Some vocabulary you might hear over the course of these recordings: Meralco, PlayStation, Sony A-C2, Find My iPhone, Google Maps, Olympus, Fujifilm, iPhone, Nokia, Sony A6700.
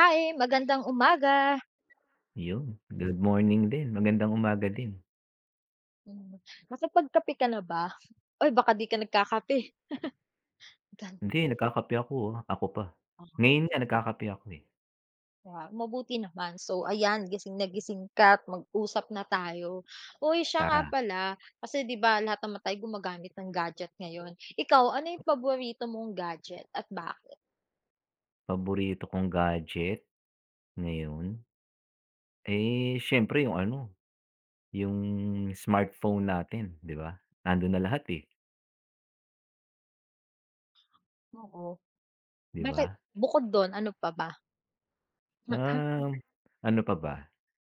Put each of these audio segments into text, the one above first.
Hi, magandang umaga. Yun, good morning din, magandang umaga din. Hmm, Nakapagkape ka na ba? Uy, baka 'di ka nagkakape. Gan Hindi nagkakape ako, ah, ako pa. ah, Ngayon nga nagkakape ako, eh. Kaya mabuti naman. So ayan, gising na gising ka at mag-usap na tayo. Uy, siya nga Tara, pala, kasi 'di ba lahat naman tayo gumagamit ng gadget ngayon. Ikaw, ano yung paborito mong gadget at bakit? paborito kong gadget ngayon, eh, siyempre yung ano, yung smartphone natin, 'di ba? Nandun na lahat, eh, Oo, 'di ba? bakit bukod dun ano pa ba? Um, ano pa ba?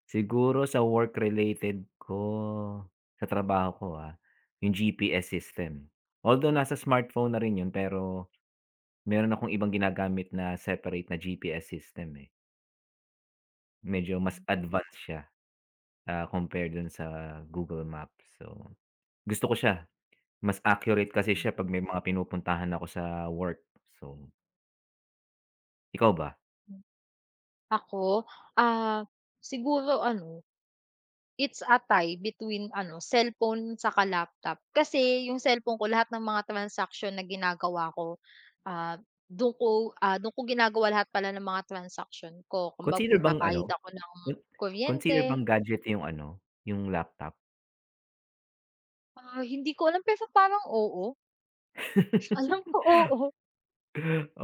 Siguro sa work related ko, sa trabaho ko, ah, yung GPS system. Although nasa smartphone na rin yun pero meron akong ibang ginagamit na separate na GPS system, eh. Medyo mas Mm, advanced siya, ah, compare dun sa Google Maps. So, gusto ko siya, mas accurate kasi siya 'pag may mga pinupuntahan ako sa work. So, ikaw ba? mm. Ako, ah, siguro ano, it's a tie between ano, cellphone saka laptop. Kasi yung cellphone ko lahat ng mga transaction na ginagawa ko, ah, dun ko ginagawa lahat pala ng mga transaction ko. Kumbaga Consider bang ano, magbabayad ako ng con consider kuryente. bang gadget yung ano, yung laptop? Hindi ko alam, pero parang oo. Alam ko oo.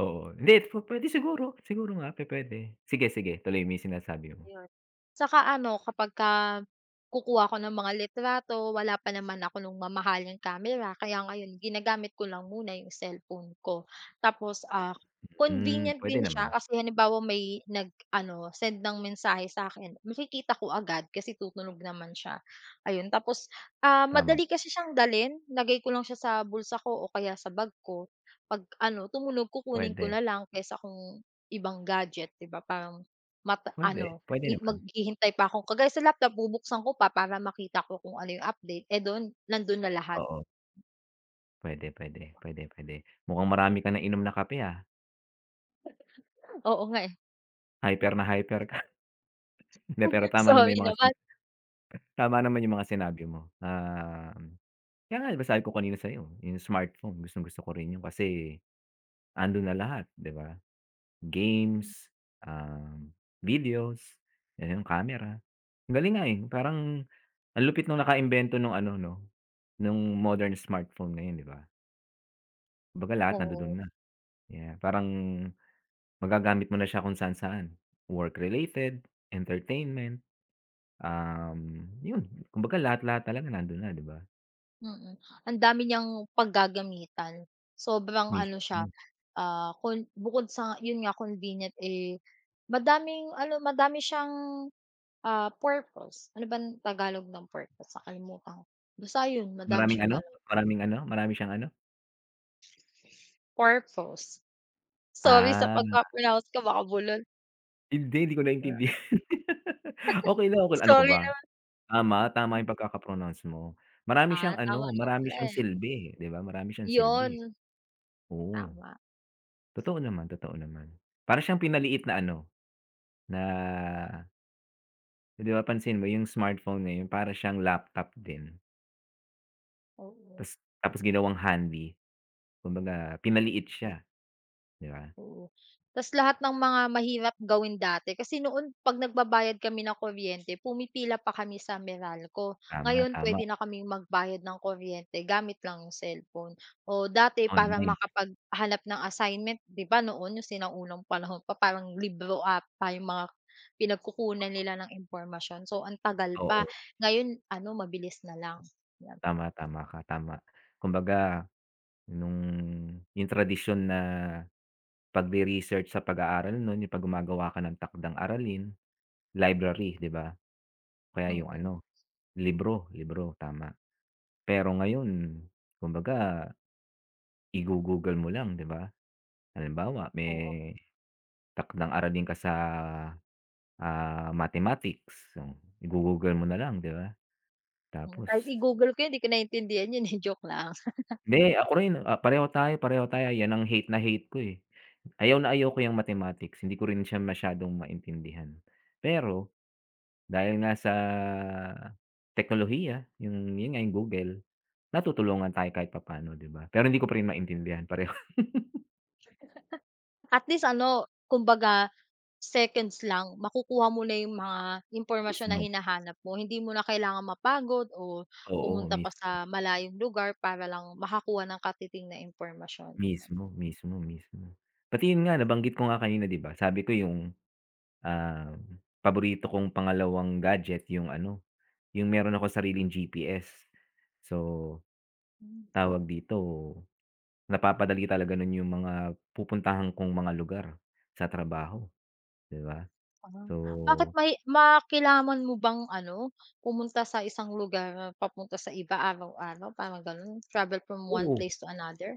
Oo, hindi puwede siguro, siguro nga pwede. Sige, sige, tuloy mo yung sinasabi mo. Ayun. Tsaka ano, kukuha ko ng mga litrato, wala pa naman ako nung mamahaling camera, kaya ngayon ginagamit ko lang muna yung cellphone ko. Tapos, Hmm, convenient pwede din siya naman, kasi halimbawa may nag-ano, send ng mensahe sa akin, makikita ko agad kasi tutunog naman siya, ayun. Tapos, tama. madali kasi siyang dalhin, lagay ko lang siya sa bulsa ko o kaya sa bag ko. 'Pag ano, tumunog, kukunin ko Pwede, na lang kaysa kung ibang gadget, 'di ba, parang mata pwede, ano, pwede I naman. maghihintay pa akong kagaya sa laptop, bubuksan ko pa para makita ko kung ano yung update, eh, dun nandun na lahat. Oo, pwede, pwede, pwede, pwede. Mukhang marami ka nainom na kape, ah, Oo nga, eh, hyper na hyper. Hindi, pero tama naman sorry yung mga naman. tama naman yung mga sinabi mo, kaya nga 'di ba sabi ko kanina sa'yo yung smartphone gustong-gusto ko rin yun kasi andun na lahat, 'di ba? Games, um, videos, yan yung camera. Ang galing nga, eh, parang ang lupit nung nakaimbento nung ano, 'no, nung modern smartphone ngayon, 'di ba? Kumbaga lahat nandudun Oo, na, yeah, parang magagamit mo na siya kung saan-saan, work-related, entertainment, yun, kumbaga lahat-lahat talaga nandun na, 'di ba? mm. Ang dami niyang paggagamitan, sobrang ano siya, Mismo. Bukod sa yun nga convenient, eh, madaming ano, madami siyang, purpose. Ano ba tagalog ng purpose, nakalimutan ko. Basta yun madami Maraming siyang ano, ganun, maraming ano, marami siyang ano? purpose. Sorry sa Ah, pagka-pronounce ko baka bulol. hindi, hindi ko naintindihan. Okey lang, okey lang. Ano ka Sorry. ba? Tama, tama yung pagkaka-pronounce mo. Marami siyang Tama ano, nga marami pala, siyang eh. silbi, 'di ba? Marami siyang silbi. 'Yun, Oo, tama, totoo naman, totoo naman. Para siyang pinaliit na ano, na, 'di ba pansin mo yung smartphone ngayon para siyang laptop din, oo, ta's tapos ginawang handy. Kumbaga pinaliit siya, 'di ba? oo. Tas lahat ng mga mahirap gawin dati kasi noon 'pag nagbabayad kami ng kuryente pumipila pa kami sa Meralco. Tama, Ngayon tama, pwede na kaming magbayad ng kuryente gamit lang yung cellphone. O dati para online, makapaghanap ng assignment, 'di ba noon yung sinaunang panahon pa parang libro up pa yung mga pinagkukunan nila ng impormasyon. So ang tagal pa, oo. ngayon ano mabilis na lang, 'yan, Tama, tama ka, tama. Kumbaga nung yung tradisyon na pagre-research sa pag-aaral nun, yung 'pag gumagawa ka ng takdang aralin, library, 'di ba? Kaya yung mm, ano, libro, libro, tama. Pero ngayon, kumbaga igo-Google mo lang, 'di ba? Halimbawa, may oo. takdang aralin ka sa, ah, mathematics, so igo-Google mo na lang, 'di ba? Tapos Kahit i-Google ko 'yun, 'di ko naintindihan 'yun, eh, joke lang. hindi, ako rin, ah, pareho tayo, yan ang hate na hate ko, eh. Ayaw na ayaw ko yang mathematics, hindi ko rin siya masyadong maintindihan. Pero dahil nga sa teknolohiya, yung yun nga, yung Google, natutulungan tayo kahit papaano, 'di ba? Pero hindi ko pa rin maintindihan pareho. At least ano, kumbaga seconds lang makukuha mo na 'yung mga impormasyon na Mismo. hinahanap mo. Hindi mo na kailangan mapagod o Oo, pumunta pa mismo, sa malayong lugar para lang makakuha ng katiting na impormasyon. mismo, mismo, mismo. Pati yun nga, nabanggit ko nga kanina, 'di ba, sabi ko yung, ah, paborito kong pangalawang gadget yung ano, yung meron akong sariling GPS. So, Hmm, tawag dito, napapadali talaga nun yung mga pupuntahan kong mga lugar sa trabaho, 'di ba? ah. Bakit So may kailangan mo bang ano, pumunta sa isang lugar papunta sa iba araw-araw, parang gano'n? Travel from one oo, place to another?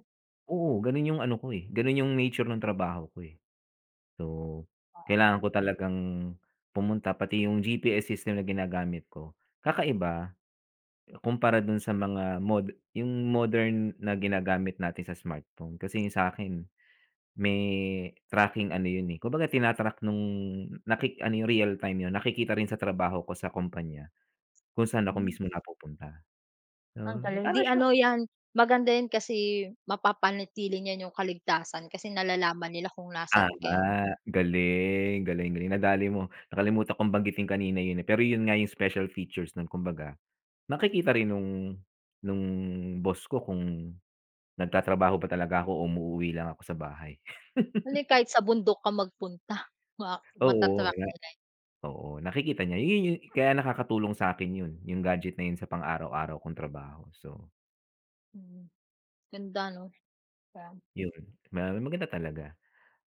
oo, ganun yung ano ko, eh, ganun yung nature ng trabaho ko, eh. So, Oo, kailangan ko talagang pumunta pati yung GPS system na ginagamit ko, kakaiba kumpara dun sa mga mod yung modern na ginagamit natin sa smartphone. Kasi yung sa'kin may tracking ano yun, eh, kumbaga tina-track nung ano yung real time yun, nakikita rin sa trabaho ko sa kumpanya. Kung saan ako hmm. mismo napupunta. Ang So, galing. para 'Di siyang ano Mm. 'yan, maganda 'yan kasi mapapanatili niyan yung kaligtasan kasi nalalaman nila kung nasan ka, eh. Tama, galing, galing, galing, nadali mo. Nakalimutan kong banggitin kanina yun, eh, pero yun nga yung special features nun kumbaga, nakikita rin nung boss ko kung nagtatrabaho ba talaga ako o umuuwi lang ako sa bahay. Ano yun, kahit sa bundok ka magpunta, ma Oo, mata-track kaya nila, eh. oo, nakikita niya. Yun yung kaya nakakatulong sa'kin yun, yung gadget na yun sa pang-araw-araw kong trabaho. So, Mm, Ganda 'no? Kaya yun, maganda talaga.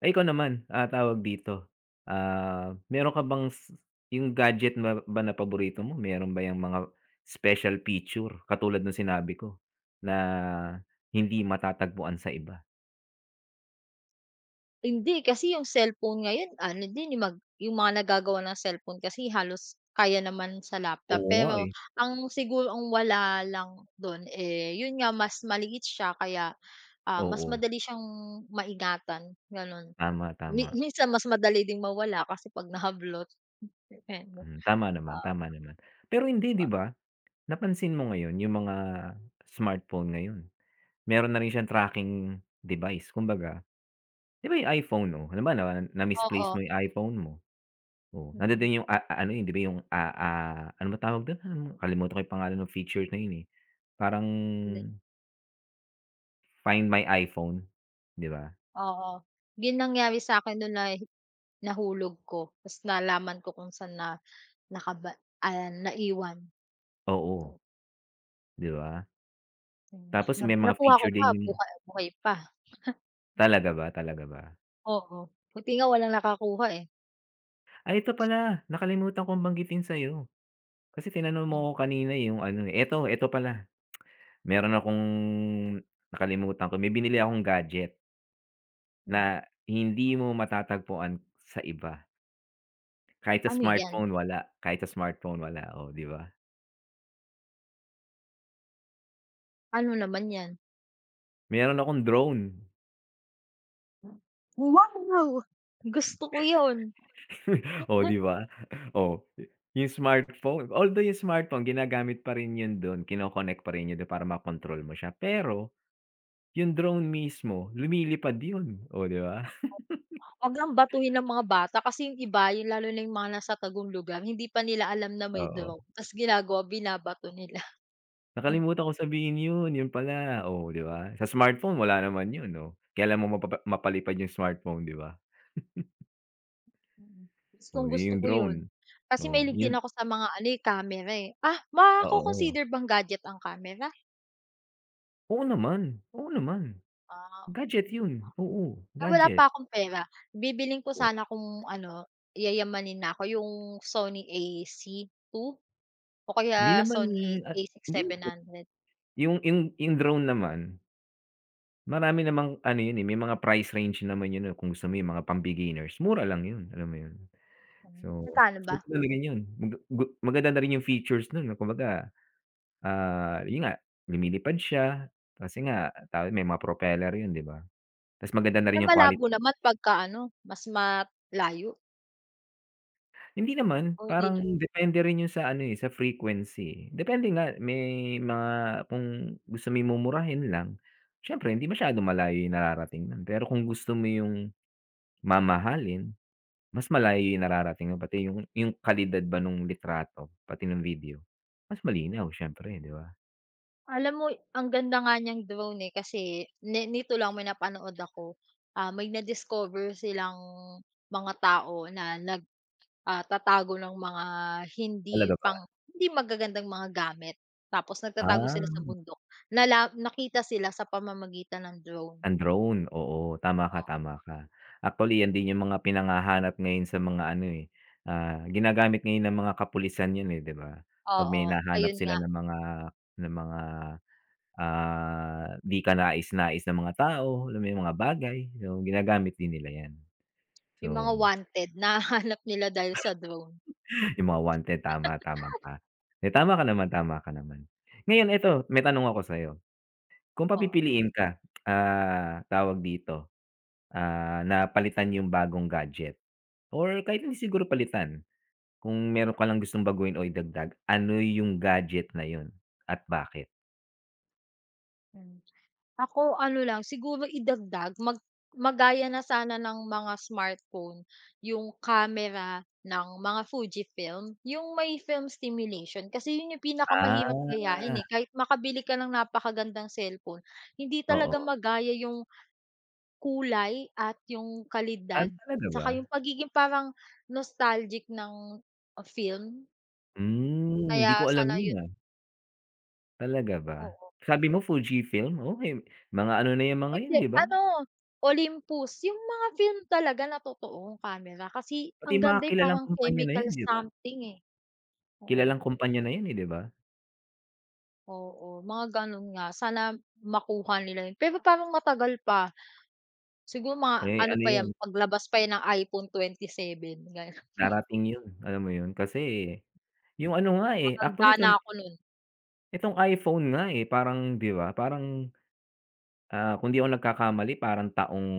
Ay, ikaw naman, ah, tawag dito, ah, meron ka bang yung gadget na ba na paborito mo, meron ba yung mga special feature katulad ng sinabi ko, na hindi matatagpuan sa iba? Hindi, kasi yung cellphone ngayon ano din, eh, yung mga nagagawa ng cellphone kasi halos kaya naman sa laptop. Oo nga, Pero eh. Siguro ang wala lang dun, eh, yun nga mas maliit siya kaya, mas Oo, madali siyang maingatan, ganun. tama, tama. Minsan mas madali ding mawala kasi 'pag nahablot, depende. Hmm, tama naman, Oo tama naman. Pero hindi, 'di pa ba, napansin mo ngayon yung mga smartphone ngayon, meron na rin siyang tracking device. Kumbaga, 'di ba yung iPhone, oh, halimbawa na oo, na-misplace mo yung iPhone mo. Oo, nando'n mm, din yung, ah, ano yun, 'di ba yung, ah, ah, ano ba tawag dun? Nakalimutan ko yung pangalan ng feature na yun, eh. Parang hindi Find My iPhone, 'di ba? oo. Yun nangyari sa'kin nung nahulog ko ta's nalaman ko kung saan na nakaba naiwan. Oo, No? 'di ba? Tapos Na may mga nakuha ko feature pa din yung buhay pa, talaga ba, talaga ba? oo. Buti nga walang nakakuha, eh. Ay, ito pala, nakalimutan kong banggitin sa'yo. Kasi tinanong Hmm, mo ako kanina, eh, yung ano, eh. Eto, eto pala, meron akong nakalimutan ko, may binili akong gadget na hmm. hindi mo matatagpuan sa iba. Kahit sa Ano 'yan? smartphone, wala. Kahit sa smartphone, wala, oh, 'di ba? Ano naman 'yan? Meron akong drone. Wow! Gusto ko 'yun. Oh, 'di ba? Oh, yung smartphone although yung smartphone ginagamit pa rin yun dun, kino-connect pa rin yun dun para makontrol mo siya, pero yung drone mismo lumilipad yun, o 'di ba? Huwag ngang batuhin ng mga bata kasi yung iba, yung lalo na yung mga nasa tagong lugar, hindi pa nila alam na may Oo, drone ta's ginagawa binabato nila. Hmm, nakalimutan ko sabihin yun, yun pala, o 'di ba? Sa smartphone wala naman yun, no kailan mo mapalipad yung smartphone, 'di ba? O oh, Gustong-gusto yung ko drone, 'yun. Kasi oh, mahilig yun din ako sa mga ano, eh, camera, eh. Oo. Mako-consider bang gadget ang camera? Oo naman, gadget Hmm. yun, oo, Wala gadget. pa akong pera. Bibilhin ko sana kung ano, yayamanin na ako, yung Sony A-C2 o kaya Hindi naman Sony at hindi naman A6700. Yung drone naman, marami namang ano yun, eh, may mga price range naman yun, eh, kung gusto mo yung mga pang-beginners, mura lang yun, alam mo yun? So, Magkano ba? maganda na rin yun, maganda na rin yung features nun na kumbaga, ah, yun nga, lumilipad siya, kasi nga tawag may mga propeller yun, 'di ba? Tas maganda na Basta rin yung malabo quality. naman pagka ano, mas malayo Hindi naman, o hindi. parang depende rin 'yun sa ano, eh, sa frequency, eh. Depende nga may mga kung gusto mo yung mumurahin lang, siyempre hindi masyadong malayo yung nararating nun. Pero kung gusto mo yung mamahalin, mas malayo yung nararating mo, pati yung kalidad ba nung litrato, pati nung video, mas malinaw siyempre, 'di ba? Alam mo, ang ganda nga niyang drone, eh, kasi nito lang may napanood ako, may na-discover silang mga tao na tatago ng mga hindi Talaga ba? pang hindi magagandang mga gamit. Tapos nagtatago Ah. sila sa bundok. Nakita sila sa pamamagitan ng drone. Ang drone, oo, tama ka, tama ka. Actually, 'yan din yung mga pinangahanap ngayon sa mga ano, eh, ah, ginagamit ngayon ng mga kapulisan 'yun, eh, 'di ba? O 'Pag may oo, nahanap ayun sila nga, ng mga, ah, 'di kanais-nais na mga tao, alam mo yung mga bagay, so ginagamit din nila 'yan. yung mga So, wanted nahahanap nila dahil sa drone, yung mga wanted, tama, tama ka. Eh, tama ka naman, tama ka naman. Ngayon eto, may tanong ako sa'yo. Kung oo. papipiliin ka, ah, tawag dito, ah, na palitan yung bagong gadget. Or kahit hindi siguro palitan, kung meron ka lang gustong baguhin o idagdag, ano yung gadget na yun at bakit? Hmm. Ako ano lang, siguro idagdag magaya na sana ng mga smartphone yung camera ng mga Fujifilm, yung may film stimulation. Kasi yun yung Ah, pinakamahirap gayahin, eh, kahit makabili ka ng napakagandang cellphone, hindi talaga oo. magaya yung kulay at yung Ah, kalidad, talaga ba? tsaka yung pagiging parang nostalgic ng, film. Hmm, hindi ko Kaya alam sana yun, yun, ah. Talaga ba? oo. Sabi mo Fujifilm, okey mga ano na yung mga yun, Hindi, 'di ba? ano, Olympus, yung mga film talaga na totoong kamera kasi Pati ang mga ganda, eh, kilalang parang kumpanya na chemical yan, 'di ba? something, eh. Oo, Kilalang kumpanya na yan, eh, 'di ba? oo, mga gano'n nga. Sana makuha nila 'yun, pero parang matagal pa. Siguro mga Eh, ano ano pa 'yan, yun, paglabas pa 'yan ng iPhone 7 gano'n. darating yun, alam mo yun? Kasi yung ano nga, eh, Matanda actually na ako no'n, Itong iPhone nga, eh, parang 'di ba, parang, ah, kung 'di ako nagkakamali parang taong,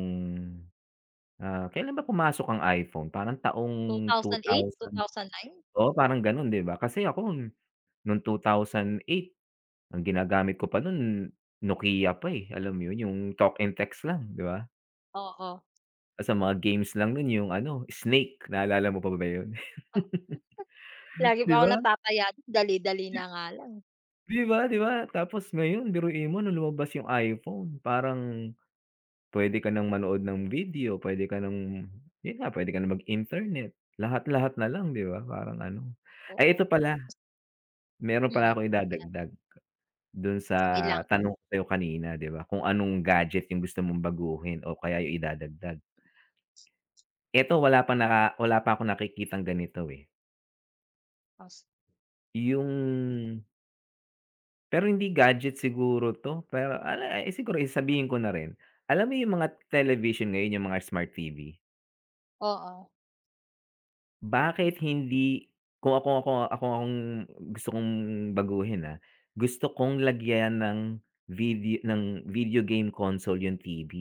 ah, kailan ba pumasok ang iPhone? Parang taong 2008, 2000, 2009? oo, parang gano'n 'di ba? Kasi ako no'ng 2008 ang ginagamit ko pa no'n Nokia pa, eh, alam mo 'yun, yung talk and text lang 'di ba? Oo, Ta's ang mga games lang no'n yung ano, Snake, naalala mo pa ba 'yun? oh, lagi 'Di pa ako ba? natataya do'n, dali-dali na nga lang. 'Di ba, 'di ba? Tapos ngayon biruin mo nung lumabas yung iPhone parang puwede ka ng manood ng video, puwede ka ng yun nga, puwede ka ng mag-internet. Lahat-lahat na lang, 'di ba, parang ano. Ay, ito Oo, pala, meron pala mm, akong idadagdag dun sa sige lang. tanong ko sa'yo kanina, 'di ba, kung anong gadget yung gusto mong baguhin o kaya yung idadagdag. Eto wala pa naka wala pa akong nakikitang ganito, eh, Os yung pero hindi gadget siguro 'to, pero ala, eh, siguro eh, sabihin ko na rin. Alam mo yung mga television ngayon, yung mga smart TV? Oo. Bakit Hmm, hindi kung ako ako ako ang gusto kong baguhin, ah, gusto kong lagyan ng video game console yung TV.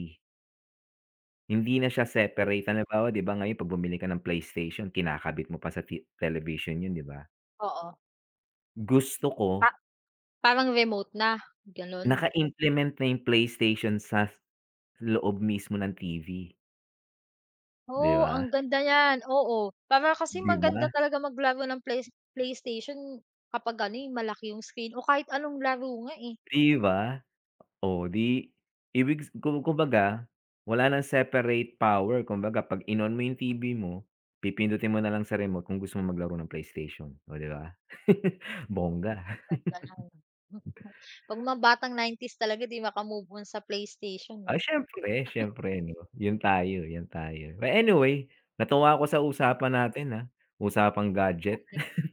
Hindi na siya separate. Halimbawa, 'di ba ngayon 'pag bumili ka ng PlayStation kinakabit mo pa sa television yun, 'di ba? oo. Gusto ko Pa Parang remote na, gano'n? naka-implement na yung PlayStation sa loob mismo ng TV, 'di Oh, ba? ang ganda niyan, oo. Para kasi 'Di maganda ba? talaga maglaro ng PlayStation kapag ano, eh, malaki yung screen o kahit anong laro nga, eh. 'Di ba? Oh, 'di ibig ku kumbaga wala ng separate power kumbaga 'pag in-on mo yung TV mo, pipindutin mo na lang sa remote kung gusto mo maglaro ng PlayStation, oh, 'di ba? Bongga. Ang ganda lang. Hmm, 'Pag mga batang 90s talaga 'di maka-move on sa PlayStation 'no. Ah, siyempre, siyempre 'no, 'yun tayo, 'yun tayo. But anyway, natuwa ako sa usapan natin, ah, usapang gadget.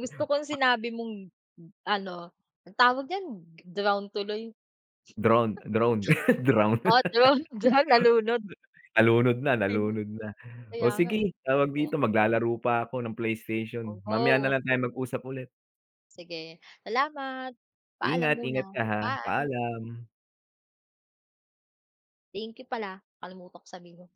Gusto ko sinabi mong ano, ang tawag diyan, drown tuloy. Drone, drone, drone. Oh, drown, drown, nalunod. Nalunod na, Ay nalunod na. O kaya nga, eh. sige tawag dito, maglalaro pa ako ng PlayStation. Mamaya na Oo, lang tayo mag-usap ulit. sige. Salamat. Paalam Ingat, muna. ingat ka, ha. Bye. Paalam. Thank you pala, nakalimutan ko sabihin